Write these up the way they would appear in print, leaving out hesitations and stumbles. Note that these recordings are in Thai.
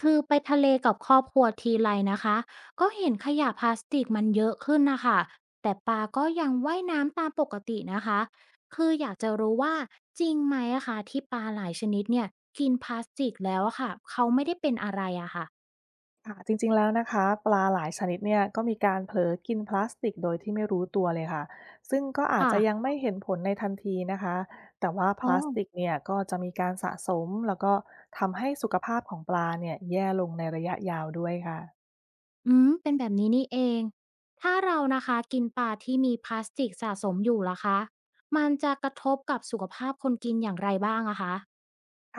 คือไปทะเลกับครอบครัวทีไรนะคะก็เห็นขยะพลาสติกมันเยอะขึ้นนะคะแต่ปลาก็ยังว่ายน้ำตามปกตินะคะคืออยากจะรู้ว่าจริงไหมอะคะที่ปลาหลายชนิดเนี่ยกินพลาสติกแล้วอะค่ะเขาไม่ได้เป็นอะไรอะค่ะค่ะจริงๆแล้วนะคะปลาหลายชนิดเนี่ยก็มีการเผลอกินพลาสติกโดยที่ไม่รู้ตัวเลยค่ะ ซึ่งก็อาจค่ะจะยังไม่เห็นผลในทันทีนะคะ แต่ว่าพอ๋อลาสติกเนี่ยก็จะมีการสะสมแล้วก็ทำให้สุขภาพของปลาเนี่ยแย่ลงในระยะยาวด้วยค่ะ อืมเป็นแบบนี้นี่เองถ้าเรานะคะกินปลาที่มีพลาสติกสะสมอยู่ล่ะคะมันจะกระทบกับสุขภาพคนกินอย่างไรบ้างอะคะ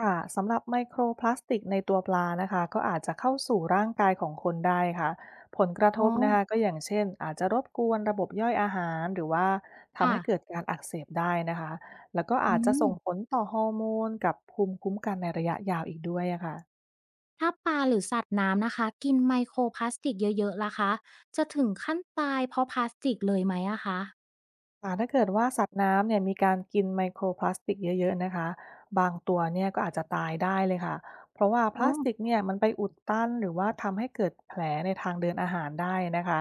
ค่ะสำหรับไมโครพลาสติกในตัวปลานะคะก็อาจจะเข้าสู่ร่างกายของคนได้ค่ะผลกระทอ๋อบนะคะก็อย่างเช่นอาจจะรบกวนระบบย่อยอาหารหรือว่าทำค่ะให้เกิดการอักเสบได้นะคะแล้วก็อือาจจะม ส่งผลต่อฮอร์โมนกับภูมิคุ้มกันในระยะยาวอีกด้วยอะค่ะ ถ้าปลาหรือสัตว์น้ำนะคะกินไมโครพลาสติกเยอะๆล่ะคะจะถึงขั้นตายเพราะพลาสติกเลยไหมอะคะค่ะถ้าเกิดว่าสัตว์น้ำเนี่ยมีการกินไมโครพลาสติกเยอะๆนะคะบางตัวเนี่ยก็อาจจะตายได้เลยค่ะเพราะว่าพอ๋อลาสติกเนี่ยมันไปอุดตันหรือว่าทำให้เกิดแผลในทางเดินอาหารได้นะคะ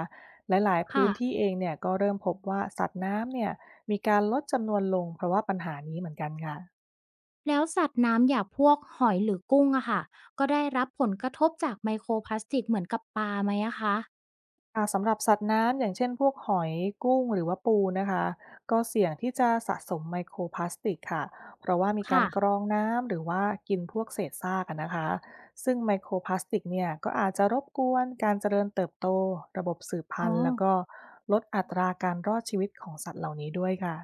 และหลายๆพื้นค่ะที่เองเนี่ยก็เริ่มพบว่าสัตว์น้ำเนี่ยมีการลดจำนวนลงเพราะว่าปัญหานี้เหมือนกันค่ะ แล้วสัตว์น้ำอย่างพวกหอยหรือกุ้งอะค่ะก็ได้รับผลกระทบจากไมโครพลาสติกเหมือนกับปลาไหมอะคะค่ะสำหรับสัตว์น้ำอย่างเช่นพวกหอยกุ้งหรือว่าปูนะคะก็เสี่ยงที่จะสะสมไมโครพลาสติกค่ะเพราะว่ามีการค่ะกรองน้ำหรือว่ากินพวกเศษซากอะนะคะซึ่งไมโครพลาสติกเนี่ยก็อาจจะรบกวนการเจริญเติบโตระบบสืบพัอ๋อนธุ์แล้วก็ลดอัตราการรอดชีวิตของสัตว์เหล่านี้ด้วยค่ะ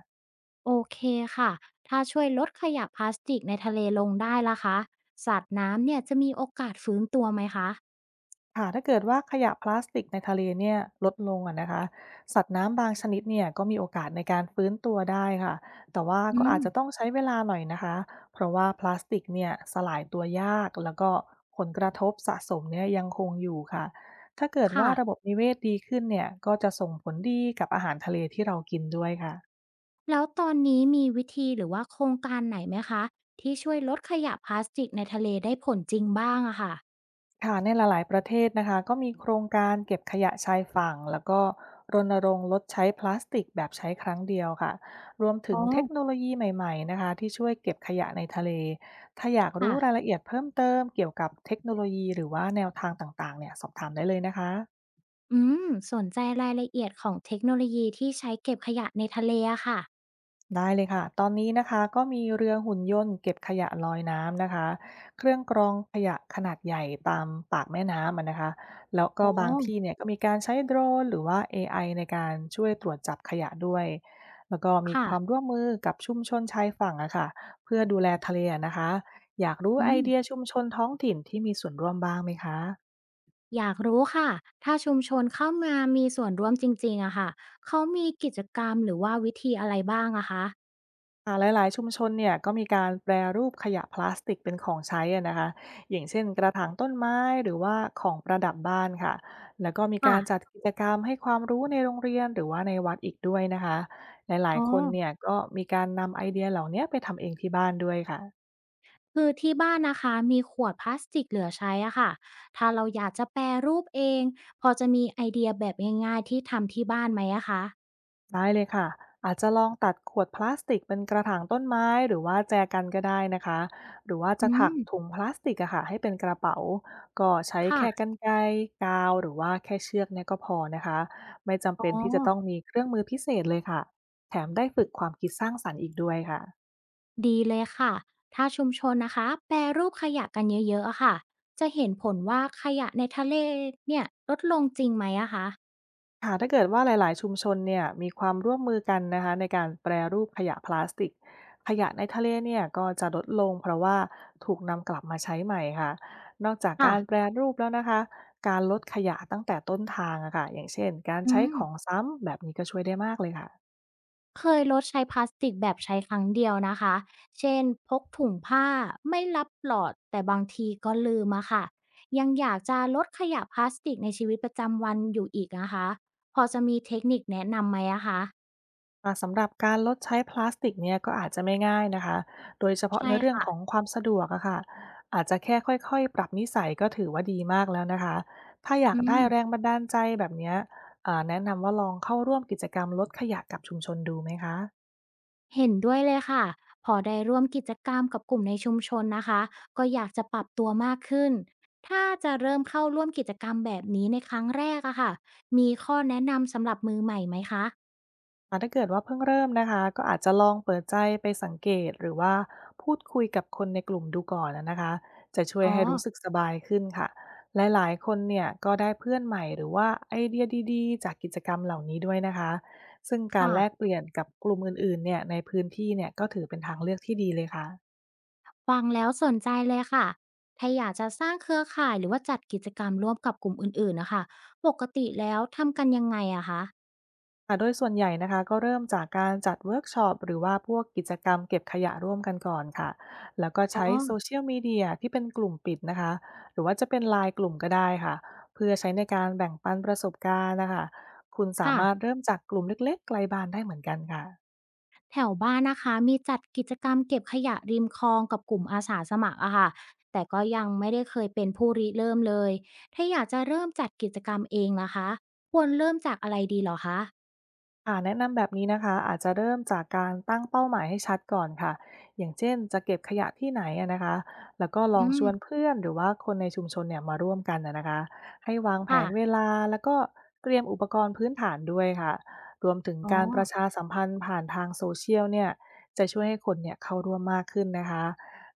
โอเคค่ะถ้าช่วยลดขยะพลาสติกในทะเลลงได้ล่ะคะสัตว์น้ำเนี่ยจะมีโอกาสฟื้นตัวไหมคะค่ะถ้าเกิดว่าขยะพลาสติกในทะเลเนี่ยลดลงอะนะคะสัตว์น้ำบางชนิดเนี่ยก็มีโอกาสในการฟื้นตัวได้ค่ะแต่ว่าอืก็อาจจะต้มองใช้เวลาหน่อยนะคะเพราะว่าพลาสติกเนี่ยสลายตัวยากแล้วก็ผลกระทบสะสมเนี่ยยังคงอยู่ค่ะถ้าเกิดค่ะ ว่าระบบนิเวศดีขึ้นเนี่ยก็จะส่งผลดีกับอาหารทะเลที่เรากินด้วยค่ะ แล้วตอนนี้มีวิธีหรือว่าโครงการไหนไหมคะที่ช่วยลดขยะพลาสติกในทะเลได้ผลจริงบ้างอะค่ะค่ะในหลายๆประเทศนะคะก็มีโครงการเก็บขยะชายฝั่งแล้วก็รณรงค์ลดใช้พลาสติกแบบใช้ครั้งเดียวค่ะรวมถึอ๋งอเทคโนโลยีใหม่ๆนะคะที่ช่วยเก็บขยะในทะเลถ้าอยากรู้รายค่ะละเอียดเพิ่มเติมเกี่ยวกับเทคโนโลยีหรือว่าแนวทางต่างๆเนี่ยสอบถามได้เลยนะคะ อืมสนใจรายละเอียดของเทคโนโลยีที่ใช้เก็บขยะในทะเลอะค่ะได้เลยค่ะ ตอนนี้นะคะก็มีเรือหุ่นยนต์เก็บขยะลอยน้ำนะคะ เครื่องกรองขยะขนาดใหญ่ตามปากแม่น้ำอะนะคะ แล้วก็อ๋อบางที่เนี่ยก็มีการใช้โดรนหรือว่า AI ในการช่วยตรวจจับขยะด้วย แล้วก็มีค่ะความร่วมมือกับชุมชนชายฝั่งอะค่ะเพื่อดูแลทะเลอะนะคะอยากรู้อืไอมเดียชุมชนท้องถิ่นที่มีส่วนร่วมบ้างไหมคะ อยากรู้ค่ะถ้าชุมชนเข้ามามีส่วนร่วมจริงๆอะค่ะเขามีกิจกรรมหรือว่าวิธีอะไรบ้างอะคะหลายๆชุมชนเนี่ยก็มีการแปรรูปขยะพลาสติกเป็นของใช้อะนะคะอย่างเช่นกระถางต้นไม้หรือว่าของประดับบ้านค่ะแล้วก็มีค่ะการจัดกิจกรรมให้ความรู้ในโรงเรียนหรือว่าในวัดอีกด้วยนะคะหลายอ๋อ ๆคนเนี่ยก็มีการนำไอเดียเหล่านี้ไปทำเองที่บ้านด้วยค่ะ คือที่บ้านนะคะมีขวดพลาสติกเหลือใช้อะค่ะถ้าเราอยากจะแปรรูปเองพอจะมีไอเดียแบบง่ายๆที่ทำที่บ้านไหมอะคะได้เลยค่ะอาจจะลองตัดขวดพลาสติกเป็นกระถางต้นไม้หรือว่าแจกันก็ได้นะคะหรือว่าจะอืถักมถุงพลาสติกอะค่ะให้เป็นกระเป๋าก็ใช้แค่กค่ะรรไกรกาวหรือว่าแค่เชือกเนี่ยก็พอนะคะไม่จำอ๋เป็นอที่จะต้องมีเครื่องมือพิเศษเลยค่ะแถมได้ฝึกความคิดสร้างสรรค์อีกด้วยค่ะ ดีเลยค่ะถ้าชุมชนนะคะแปรรูปขยะกันเยอะๆอะค่ะจะเห็นผลว่าขยะในทะเลเนี่ยลดลงจริงไหมอะคะค่ะถ้าเกิดว่าหลายๆชุมชนเนี่ยมีความร่วมมือกันนะคะในการแปรรูปขยะพลาสติกขยะในทะเลเนี่ยก็จะลดลงเพราะว่าถูกนำกลับมาใช้ใหม่ค่ะนอกจากค่ะการแปรรูปแล้วนะคะการลดขยะตั้งแต่ต้นทางอะค่ะอย่างเช่นการอืใช้ม ของซ้ำแบบนี้ก็ช่วยได้มากเลยค่ะ เคยลดใช้พลาสติกแบบใช้ครั้งเดียวนะคะ เช่นพกถุงผ้าไม่รับหลอดแต่บางทีก็ลืมอะค่ะยังอยากจะลดขยะพลาสติกในชีวิตประจำวันอยู่อีกนะคะพอจะมีเทคนิคแนะนำไหมอะคะสำหรับการลดใช้พลาสติกเนี่ยก็อาจจะไม่ง่ายนะคะโดยเฉพาะใช่ในเรื่องค่ะของความสะดวกอะค่ะอาจจะแค่ค่อยๆปรับนิสัยก็ถือว่าดีมากแล้วนะคะถ้าอยาอืกได้แรงมบันดาลใจแบบเนี้ยแนะนำว่าลองเข้าร่วมกิจกรรมลดขยะกับชุมชนดูไหมคะ เห็นด้วยเลยค่ะพอได้ร่วมกิจกรรมกับกลุ่มในชุมชนนะคะก็อยากจะปรับตัวมากขึ้นถ้าจะเริ่มเข้าร่วมกิจกรรมแบบนี้ในครั้งแรกอะค่ะมีข้อแนะนำสำหรับมือใหม่ไหมคะถ้าเกิดว่าเพิ่งเริ่มนะคะก็อาจจะลองเปิดใจไปสังเกตหรือว่าพูดคุยกับคนในกลุ่มดูก่อนนะคะจะช่วยอ๋อให้รู้สึกสบายขึ้นค่ะหลายๆคนเนี่ยก็ได้เพื่อนใหม่หรือว่าไอเดียดีๆจากกิจกรรมเหล่านี้ด้วยนะคะซึ่งการค่ะ แลกเปลี่ยนกับกลุ่มอื่นๆเนี่ยในพื้นที่เนี่ยก็ถือเป็นทางเลือกที่ดีเลยค่ะ ฟังแล้วสนใจเลยค่ะถ้าอยากจะสร้างเครือข่ายหรือว่าจัดกิจกรรมร่วมกับกลุ่มอื่นๆนะคะปกติแล้วทำกันยังไงอะคะค่ะโดยส่วนใหญ่นะคะก็เริ่มจากการจัดเวิร์กช็อปหรือว่าพวกกิจกรรมเก็บขยะร่วมกันก่อนค่ะแล้วก็อ๋อใช้โซเชียลมีเดียที่เป็นกลุ่มปิดนะคะหรือว่าจะเป็นไลน์กลุ่มก็ได้ค่ะเพื่อใช้ในการแบ่งปันประสบการณ์นะคะคุณสาค่ะมารถเริ่มจากกลุ่มเล็กๆไกลบ้านได้เหมือนกันค่ะ แถวบ้านนะคะมีจัดกิจกรรมเก็บขยะริมคลองกับกลุ่มอาสาสมัครอะค่ะแต่ก็ยังไม่ได้เคยเป็นผู้ริเริ่มเลยถ้าอยากจะเริ่มจัดกิจกรรมเองนะคะควรเริ่มจากอะไรดีเหรอคะค่ะแนะนำแบบนี้นะคะอาจจะเริ่มจากการตั้งเป้าหมายให้ชัดก่อนค่ะอย่างเช่นจะเก็บขยะที่ไหนอะนะคะแล้วก็ลอืองชมวนเพื่อนหรือว่าคนในชุมชนเนี่ยมาร่วมกันอะนะคะให้วางแผนเวค่ะลาแล้วก็เตรียมอุปกรณ์พื้นฐานด้วยค่ะรวมถึงอ๋อการประชาสัมพันธ์ผ่านทางโซเชียลเนี่ยจะช่วยให้คนเนี่ยเข้าร่วมมากขึ้นนะคะ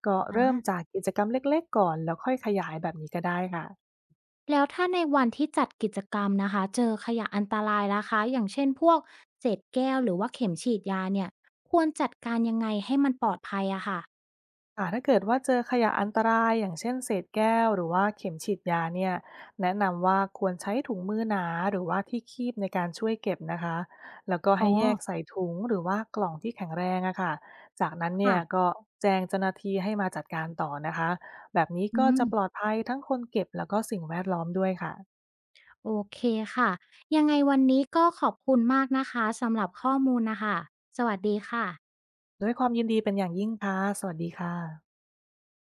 ก็เริ่มอ่า จากกิจกรรมเล็กๆก่อนแล้วค่อยขยายแบบนี้ก็ได้ค่ะ แล้วถ้าในวันที่จัดกิจกรรมนะคะเจอขยะอันตรายนะคะอย่างเช่นพวกเศษแก้วหรือว่าเข็มฉีดยาเนี่ยควรจัดการยังไงให้มันปลอดภัยอะค่ะค่ะถ้าเกิดว่าเจอขยะอันตรายอย่างเช่นเศษแก้วหรือว่าเข็มฉีดยาเนี่ยแนะนำว่าควรใช้ถุงมือหนาหรือว่าที่คีบในการช่วยเก็บนะคะแล้วก็อ๋อให้แยกใส่ถุงหรือว่ากล่องที่แข็งแรงอะค่ะจากนั้นเนี่ยค่ะก็แจ้งเจ้าหน้าที่ให้มาจัดการต่อนะคะแบบนี้อืก็จะปลอดมภัยทั้งคนเก็บแล้วก็สิ่งแวดล้อมด้วยค่ะโอเคค่ะยังไงวันนี้ก็ขอบคุณมากนะคะสำหรับข้อมูลนะคะสวัสดีค่ะด้วยความยินดีเป็นอย่างยิ่งค่ะสวัสดีค่ะ